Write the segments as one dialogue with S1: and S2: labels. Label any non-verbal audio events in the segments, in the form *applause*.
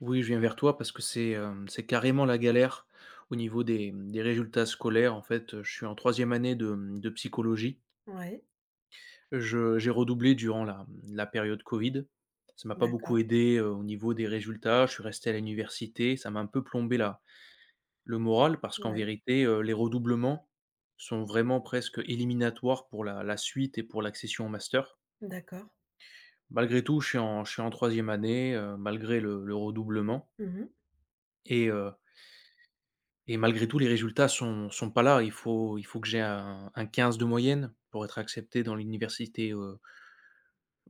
S1: Oui, je viens vers toi parce que c'est carrément la galère au niveau des résultats scolaires. En fait, je suis en troisième année de psychologie.
S2: Ouais,
S1: Je j'ai redoublé durant la période covid. Ça m'a pas
S2: d'accord,
S1: beaucoup aidé, au niveau des résultats. Je suis resté à l'université. Ça m'a un peu plombé la le moral parce qu'en
S2: ouais,
S1: vérité, les redoublements sont vraiment presque éliminatoires pour la suite et pour l'accession au master.
S2: d'accord.
S1: Malgré tout, je suis en 3e année, malgré le redoublement
S2: Mmh.
S1: et heu et malgré tout, les résultats sont pas là. Il faut que j'ai un 15 de moyenne pour être accepté dans l'université,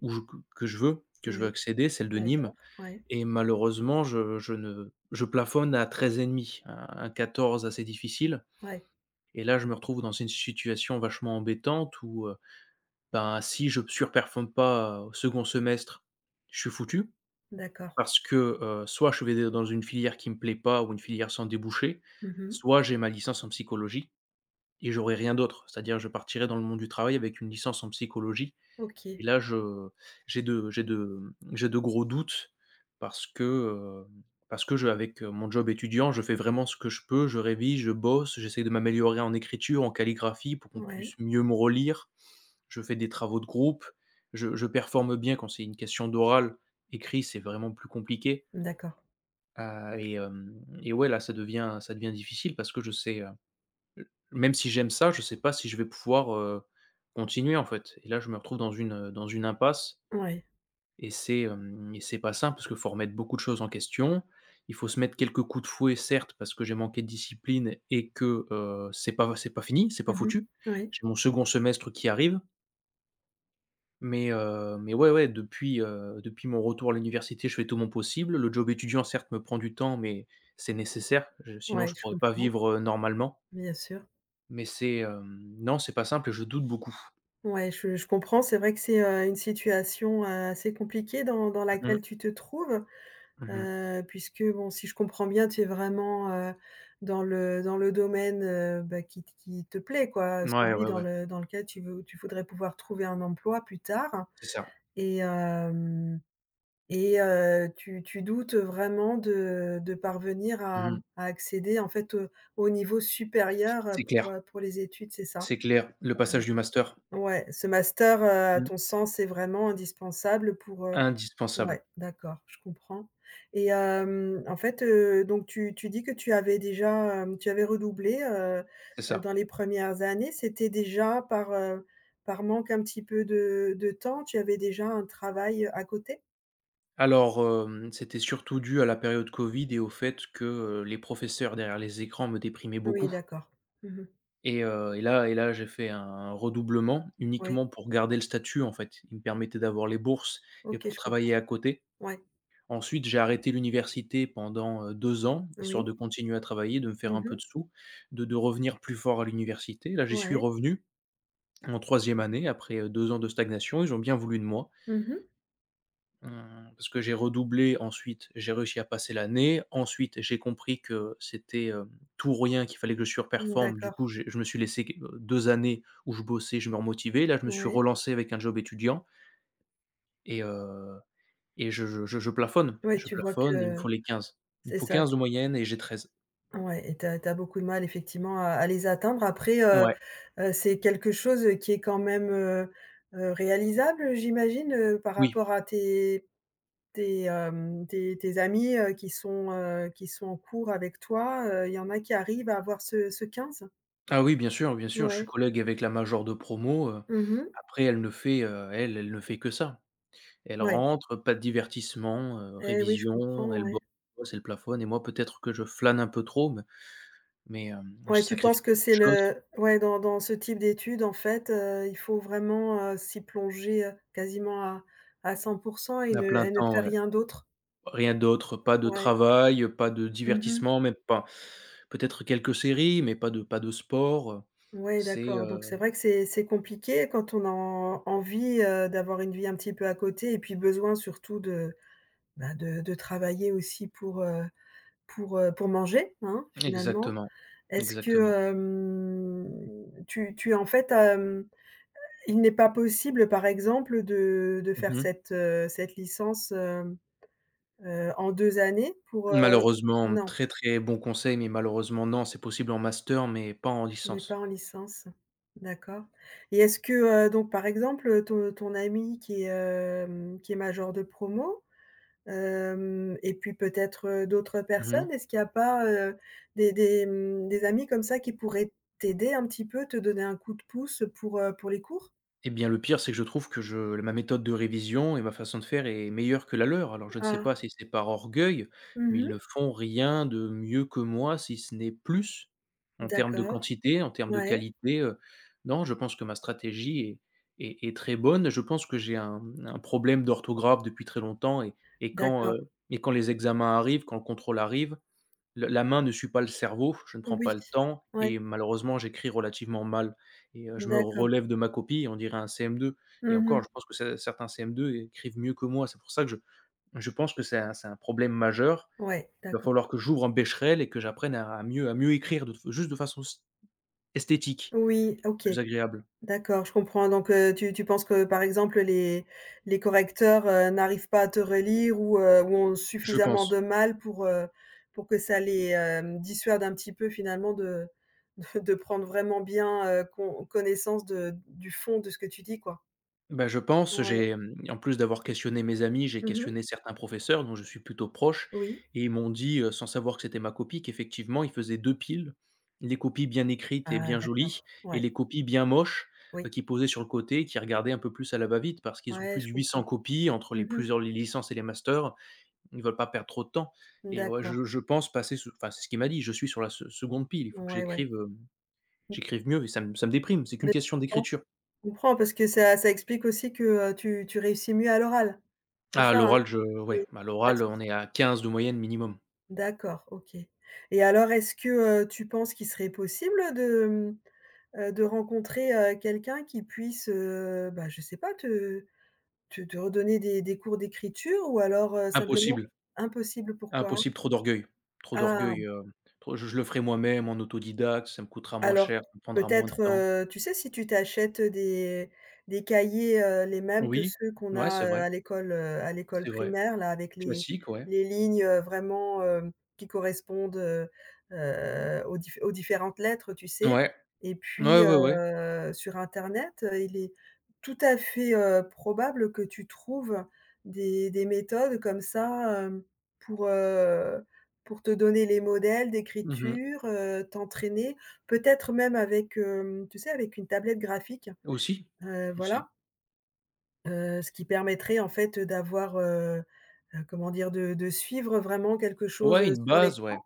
S1: où je que je veux
S2: Oui,
S1: accéder, celle de Nîmes
S2: d'accord, ouais,
S1: et malheureusement, je ne je plafonne à 13,5, un 14 assez difficile
S2: ouais,
S1: et là, je me retrouve dans une situation vachement embêtante où, ben, si je surperforme pas au second semestre, je suis foutu
S2: d'accord.
S1: parce que, soit je vais dans une filière qui me plaît pas ou une filière sans débouché,
S2: Mmh.
S1: soit j'ai ma licence en psychologie. Et j'aurais rien d'autre. C'est-à-dire je partirais dans le monde du travail avec une licence en psychologie et
S2: OK,
S1: là je j'ai de j'ai de j'ai de gros doutes parce que, heu, parce que mon job étudiant, je fais vraiment ce que je peux, je révise, je bosse, j'essaie de m'améliorer en écriture, en calligraphie pour qu'on
S2: ouais,
S1: puisse mieux me relire. Je fais des travaux de groupe, je performe bien quand c'est une question d'oral. Écrit, c'est vraiment plus compliqué,
S2: d'accord,
S1: heu et hem et ouais, là ça devient difficile parce que je sais, même si j'aime ça, je sais pas si je vais pouvoir, continuer, en fait et là, je me retrouve dans une impasse
S2: ouais.
S1: et c'est, hem et c'est pas simple parce qu'il faut remettre beaucoup de choses en question. Il faut se mettre quelques coups de fouet, certes, parce que j'ai manqué de discipline et que, c'est pas fini, c'est
S2: Mmh
S1: pas
S2: mh.
S1: foutu.
S2: Oui,
S1: J'ai mon second semestre qui arrive, mais ouais, ouais, depuis mon retour à l'université, je fais tout mon possible. Le job étudiant, certes, me prend du temps, mais c'est nécessaire, je sinon
S2: ouais,
S1: je
S2: je
S1: pourrais pas
S2: comprends,
S1: vivre, normalement.
S2: bien sûr.
S1: Mais c'est, non, c'est pas simple et je doute beaucoup.
S2: Ouais, je comprends, c'est vrai que c'est, une situation, assez compliquée dans
S1: Mmh
S2: laquelle
S1: mh.
S2: tu te trouves,
S1: Mmh.
S2: puisque bon, si je comprends bien, tu es vraiment, dans le domaine, bah, qui te plaît quoi,
S1: Ouais,
S2: celui
S1: ouais,
S2: dans
S1: ouais,
S2: le dans lequel tu voudrais pouvoir trouver un emploi plus tard.
S1: c'est ça.
S2: Et hem et tu doutes vraiment de parvenir à
S1: Mmh.
S2: à accéder, en fait, au niveau supérieur,
S1: C'est clair,
S2: pour les études, c'est ça?
S1: c'est clair. Le
S2: Euh,
S1: passage du master,
S2: Ouais, ce master, à
S1: mmh,
S2: ton sens, c'est vraiment indispensable pour.
S1: indispensable,
S2: Ouais, d'accord, je comprends, et en fait, donc tu dis que tu avais déjà, hem, tu avais redoublé,
S1: c'est ça.
S2: dans les premières années. C'était déjà par manque un petit peu de temps? Tu avais déjà un travail, à côté?
S1: Alors, c'était surtout dû à la période covid et au fait que, les professeurs derrière les écrans me déprimaient
S2: Oui,
S1: beaucoup
S2: d'accord. Mmh.
S1: et là, j'ai fait un redoublement
S2: Oui.
S1: uniquement pour garder le statut, en fait. Ils me permettaient d'avoir les bourses et
S2: OK,
S1: pour
S2: je comprends.
S1: travailler à côté.
S2: Ouais.
S1: Ensuite, j'ai arrêté l'université pendant, 2 ans, histoire
S2: Oui.
S1: de continuer à travailler, de me faire un peu
S2: Mmh.
S1: de sous, de revenir plus fort à l'université. Là, j'y suis
S2: Ouais.
S1: revenu en troisième année après, 2 ans de stagnation. Ils ont bien voulu de moi,
S2: Mmh.
S1: heu, parce que j'ai redoublé. Ensuite, j'ai réussi à passer l'année. Ensuite, j'ai compris que c'était, tout ou rien, qu'il fallait que je surperforme. Du
S2: D'accord.
S1: coup, j'ai je me suis laissé q années où je bossais, je me remotivais. Là, je me suis
S2: Ouais.
S1: relancé avec un job étudiant et heu Et je plafonne,
S2: Ouais,
S1: je
S2: tu vois
S1: plafonne et il me
S2: que
S1: faut les quinze. Il me
S2: c'est
S1: faut
S2: ça.
S1: 15
S2: T
S1: de moyenne et j'ai treize.
S2: Ouais, et tu as beaucoup de mal effectivement à les atteindre. Après,
S1: Ouais,
S2: c'est quelque chose qui est quand même, réalisable, j'imagine, par
S1: oui.
S2: rapport à tes tes, hem, tes tes amis, qui sont en cours avec toi, il y en a qui arrivent à avoir ce 15.
S1: Ah oui, bien sûr, je suis
S2: Ouais.
S1: collègue avec la majeure de promo,
S2: Mmh mh.
S1: après elle ne fait, elle ne fait que ça. Elle
S2: Ouais.
S1: rentre, pas de divertissement,
S2: Eh oui, je
S1: révision,
S2: comprends,
S1: elle
S2: ouais.
S1: bosse, elle plafonne et moi peut-être que je flâne un peu trop, mais mais, j'ai
S2: Ouais, tu penses
S1: sacrifié
S2: que
S1: beaucoup de
S2: c'est
S1: choses.
S2: le ouais, dans ce type d'études, en fait, il faut vraiment, s'y plonger, quasiment à 100% et
S1: À
S2: ne
S1: plein
S2: et ne
S1: temps,
S2: faire
S1: ouais.
S2: rien d'autre?
S1: Rien d'autre, pas de
S2: Ouais.
S1: travail, pas de
S2: Mmh.
S1: divertissement, même pas peut-être quelques séries, mais pas de sport
S2: Ouais,
S1: c'est,
S2: d'accord, donc c'est
S1: heu
S2: vrai que c'est compliqué quand on a en envie, d'avoir une vie un petit peu à côté et puis besoin surtout de, bah, de travailler aussi pour manger, hein, finalement.
S1: Exactement,
S2: Est-ce que,
S1: exactement.
S2: tu en fait, il n'est pas possible, par exemple, de faire
S1: Mmh.
S2: cette licence, en 2 années pour.
S1: Malheureusement,
S2: Non,
S1: très, très bon conseil, mais malheureusement non, c'est possible en master, mais pas en
S2: mais pas en
S1: licence.
S2: licence. D'accord, et est-ce que, donc par exemple, ton ami qui est major de promo, hem et puis peut-être, d'autres
S1: Mmh.
S2: personnes, est-ce qu'il n'y a pas, des amis comme ça qui pourraient t'aider un petit peu, te donner un coup de pouce pour les cours?
S1: Eh bien, le pire, c'est que je trouve que je ma méthode de révision et ma façon de faire est meilleure que la leur. Alors, je ne sais
S2: Ah.
S1: pas si c'est par orgueil, mais
S2: Mmh.
S1: ils ne font rien de mieux que moi, si ce n'est plus, en termes de
S2: D'accord.
S1: quantité, en termes de
S2: Ouais.
S1: qualité. Non, je pense que ma stratégie est très bonne. Je pense que j'ai un problème d'orthographe depuis très longtemps et et quand,
S2: D'accord.
S1: heu, et quand les examens arrivent, quand le contrôle arrive, le la main ne suit pas le cerveau, je ne prends
S2: Oui,
S1: pas le temps
S2: ouais,
S1: et malheureusement, j'écris relativement mal je me
S2: d'accord.
S1: relève de ma copie, on dirait un CM2 et encore,
S2: Mmh.
S1: je pense que ce certains CM2 écrivent mieux que moi. C'est pour ça que je pense que c'est un problème majeur.
S2: Ouais,
S1: Il va
S2: d'accord.
S1: falloir que j'ouvre un Becherel et que j'apprenne à mieux écrire de façon s esthétique,
S2: Oui, OK,
S1: plus agréable,
S2: d'accord, je comprends. Donc, tu penses que, par exemple, les correcteurs, n'arrivent pas à te relire ou ont
S1: je
S2: suffisamment
S1: pense.
S2: de mal pour que ça les, dissuade un petit peu finalement de prendre vraiment bien, connaissance de du fond de ce que tu dis, quoi?
S1: Bah, je pense,
S2: Ouais.
S1: j'ai, en plus d'avoir questionné mes amis, j'ai
S2: Mmh.
S1: questionné certains professeurs dont je suis plutôt proche
S2: Oui.
S1: et ils m'ont dit, sans savoir que c'était ma copie, qu'effectivement ils faisaient 2 piles. Les copies bien écrites et
S2: Ah,
S1: bien
S2: d'accord.
S1: jolies
S2: Ouais,
S1: et les copies bien moches,
S2: oui.
S1: qu'ils posaient sur le côté et qui regardaient un peu plus à la va-vite parce qu'ils ont
S2: Ouais,
S1: plus
S2: je
S1: de 800
S2: comprends.
S1: copies entre les
S2: Mmh.
S1: plusieurs les licences et les masters. Ils veulent pas perdre trop de temps et ouais,
S2: D'accord.
S1: je pense passer ce enfin, c'est ce qu'il m'a dit: «Je suis sur la se seconde pile, il faut que
S2: Ouais, ouais.
S1: j'écrive, hem,
S2: Mmh.
S1: j'écrive mieux» et ça me déprime, c'est qu'une
S2: Mais
S1: question d'écriture.
S2: je comprends parce que ça explique aussi que, tu réussis mieux à l'oral, c'est
S1: Ah, à
S2: ça, hein?
S1: l'oral, je
S2: Oui,
S1: ouais, à
S2: pas de
S1: l'oral, on
S2: souci.
S1: est à 15 de moyenne minimum.
S2: D'accord, OK, et alors est-ce que, tu penses qu'il serait possible de rencontrer, quelqu'un qui puisse, bah, je sais pas, te redonner des cours d'écriture ou alors, simplement
S1: Impossible,
S2: impossible, pourquoi?
S1: impossible, trop d'orgueil, trop
S2: Ah!
S1: d'orgueil, trop je le ferai moi-même en autodidacte, ça me coûtera moins
S2: Alors,
S1: cher, ça me prendra moins de
S2: peut-être,
S1: temps.
S2: tu sais, si tu t'achètes des cahiers, les mêmes que
S1: Oui,
S2: ceux qu'on
S1: ouais, c'est
S2: a,
S1: vrai,
S2: à l'école
S1: c'est vrai.
S2: primaire, là, avec les
S1: Classique, ouais.
S2: les lignes, vraiment, qui correspondent, aux différentes lettres, tu sais?
S1: Ouais.
S2: Et
S1: Ouais,
S2: puis,
S1: ouais, ouais.
S2: sur internet, il est tout à fait, probable que tu trouves des méthodes comme ça, pour, heu, pour te donner les modèles
S1: Mmh.
S2: d'écriture, t'entraîner. Peut-être même avec, tu sais, avec une tablette graphique,
S1: Aussi, aussi.
S2: voilà, ce qui permettrait en fait, d'avoir. Comment dire? De suivre vraiment quelque chose, sur
S1: Ouais.
S2: l'écran.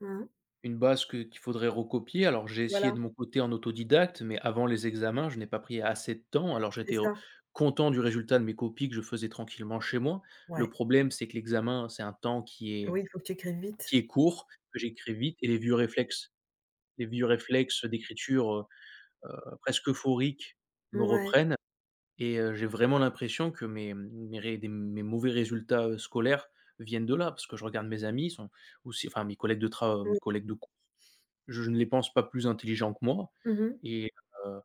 S2: Mmh.
S1: Une base que qu'il faudrait recopier. Alors, j'ai essayé de
S2: Voilà,
S1: mon côté en autodidacte, mais avant les examens, je n'ai pas pris assez de temps. Alors,
S2: c'est
S1: j'étais,
S2: ça.
S1: content du résultat de mes copies que je faisais tranquillement chez moi. Le
S2: Ouais.
S1: problème, c'est que l'examen, c'est un temps qui est
S2: Oui, il faut que tu écrives
S1: qui
S2: vite.
S1: est court, que j'écris vite et les vieux réflexes d'écriture, presque euphorique me
S2: Ouais,
S1: reprennent et j'ai vraiment l'impression que mes mes ré des mes mauvais résultats, scolaires viennent de là. Parce que je regarde mes amis, ils sont aussi enfin mes collègues de travail mes
S2: oui.
S1: collègues de je ne les pense pas plus intelligents que moi
S2: Mmh.
S1: et heu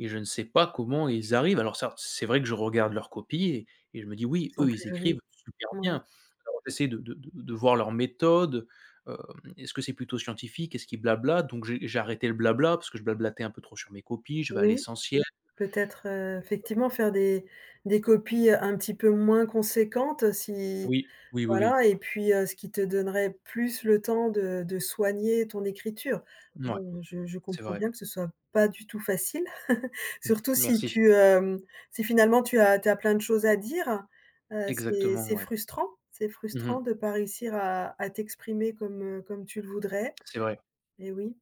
S1: et je ne sais pas comment ils arrivent. Alors certes, c'est vrai que je regarde leurs copies et je me dis:
S2: Elles
S1: «Oui,
S2: sont
S1: eux,
S2: plus
S1: ils écrivent
S2: jolies.
S1: super bien».
S2: Ouais.
S1: Alors j'essaie de voir leur méthode, hem, est-ce que c'est plutôt scientifique? Est-ce qu'ils blablatent? Donc j'ai arrêté le blabla parce que je blablatais un peu trop sur mes copies, je vais à
S2: Oui,
S1: l'essentiel.
S2: peut-être, effectivement faire des copies, un petit peu moins conséquentes. Si
S1: Oui, oui, oui, oui.
S2: Voilà, et puis, ce qui te donnerait plus le temps de soigner ton écriture.
S1: Ouais,
S2: Bon, je
S1: c'est
S2: comprends
S1: vrai.
S2: bien que ce soit pas du tout facile, *laughs* surtout
S1: Merci.
S2: si finalement tu as plein de choses à dire, c'est
S1: Exactement,
S2: c'est
S1: ouais.
S2: frustrant, c'est
S1: Mmh
S2: frustrant
S1: mh.
S2: de pas réussir à t'exprimer comme, comme tu le voudrais,
S1: C'est vrai.
S2: et oui,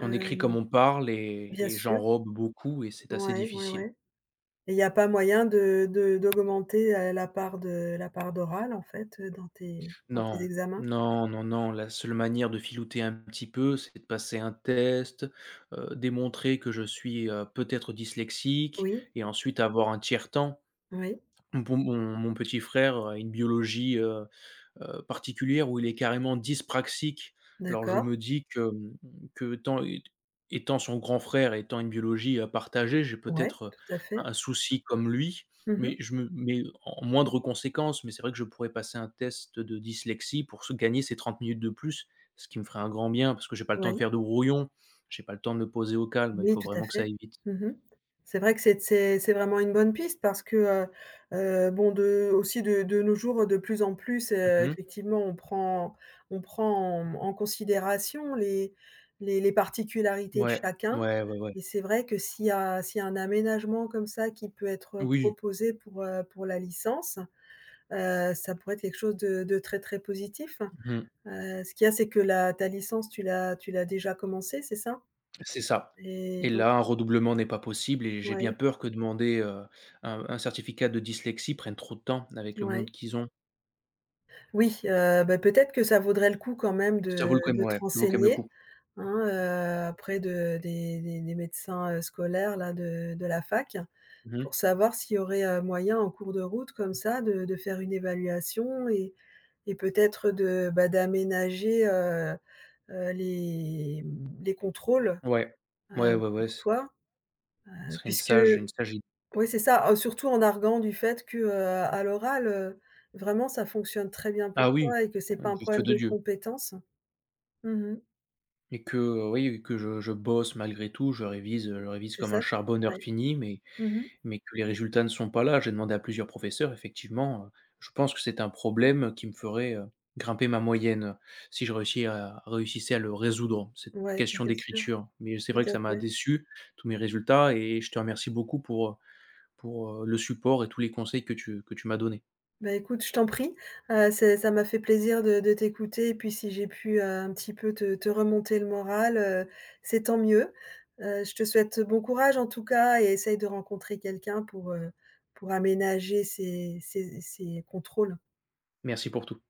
S1: On écrit comme on parle et
S2: bien
S1: et
S2: sûr.
S1: j'enrobe beaucoup et c'est assez
S2: Ouais, ouais,
S1: difficile.
S2: ouais, et il n'y a pas moyen de d'augmenter, la part d'oral en fait, dans tes
S1: Non,
S2: examens?
S1: non, non, non, la seule manière de filouter un petit peu, c'est de passer un test, démontrer que je suis, peut-être dyslexique
S2: Oui,
S1: et ensuite avoir un tiers temps.
S2: oui.
S1: Bon, mon petit frère a une biologie, particulière où il est carrément dyspraxique. Alors je
S2: D'accord,
S1: me dis que, mmh, que tant étant son grand frère, et étant une biologie, à partager, j'ai
S2: ouais,
S1: peut-être,
S2: tout à fait.
S1: un souci comme lui,
S2: Mmh
S1: mais
S2: mh.
S1: je me mais en moindre conséquence, mais c'est vrai que je pourrais passer un test de dyslexie pour se gagner ces 30 minutes de plus, ce qui me ferait un grand bien parce que j'ai pas le temps de
S2: Oui,
S1: faire de brouillon, j'ai pas le temps de me poser au calme, il
S2: oui,
S1: faut
S2: tout à
S1: vraiment que ça
S2: fait.
S1: aille vite.
S2: Mmh. C'est vrai que c'est vraiment une bonne piste parce que, bon, de aussi de nos jours, de plus en plus,
S1: Mmh.
S2: effectivement, on prend en considération les particularités de
S1: Ouais,
S2: chacun,
S1: ouais, ouais, ouais.
S2: et c'est vrai que s'il y a un aménagement comme ça qui peut être
S1: Oui.
S2: proposé pour la licence, ça pourrait être quelque chose de très, très positif.
S1: Mmh.
S2: Ce qu'il y a, c'est que la ta licence, tu l'as déjà commencée, c'est ça?
S1: C'est ça
S2: Et
S1: et
S2: donc,
S1: là, un redoublement n'est pas possible et j'ai bien
S2: ouais,
S1: peur que demander, un certificat de dyslexie prenne trop de temps avec le
S2: ouais.
S1: monde qu'ils ont.
S2: Oui, bah, peut-être que ça vaudrait le coup quand même
S1: Ça
S2: de
S1: vaut le quand
S2: de te
S1: ouais, ça vaut quand même le
S2: renseigner,
S1: coup.
S2: hein, auprès de des médecins, scolaires là de la fac,
S1: Mmh.
S2: pour savoir s'il y aurait, moyen en cours de route comme ça de faire une évaluation et peut-être de, bah, d'aménager, les contrôles,
S1: Ouais. Ouais, ouais, ouais,
S2: pour
S1: ce
S2: toi,
S1: serait
S2: puisque.
S1: une sage id
S2: Oui, c'est ça, surtout en arguant du fait que, à l'oral, vraiment ça fonctionne très bien pour
S1: ah oui,
S2: toi et que c'est pas un
S1: du feu
S2: problème
S1: de
S2: de
S1: Dieu
S2: compétence. Mmh mh.
S1: et que, oui, que je bosse malgré tout, je révise
S2: C'est
S1: comme un
S2: ça?
S1: charbonneur
S2: Ouais.
S1: fini
S2: Mmh mh.
S1: mais que les résultats ne sont pas là, j'ai demandé à plusieurs professeurs, effectivement, je pense que c'est un problème qui me ferait, grimper ma moyenne, si je réussissais à le résoudre, cette
S2: Ouais,
S1: question
S2: bien sûr,
S1: d'écriture. Mais c'est
S2: tout
S1: vrai
S2: à
S1: que ça m'a
S2: fait.
S1: déçu, tous mes résultats et je te remercie beaucoup pour, heu, le support et tous les conseils que tu m'as donnés.
S2: Bah, écoute, je t'en prie, c'est ça m'a fait plaisir de t'écouter et puis si j'ai pu, un petit peu te remonter le moral, c'est tant mieux. Je te souhaite bon courage en tout cas et essaye de rencontrer quelqu'un pour aménager ces contrôles.
S1: Merci pour tout.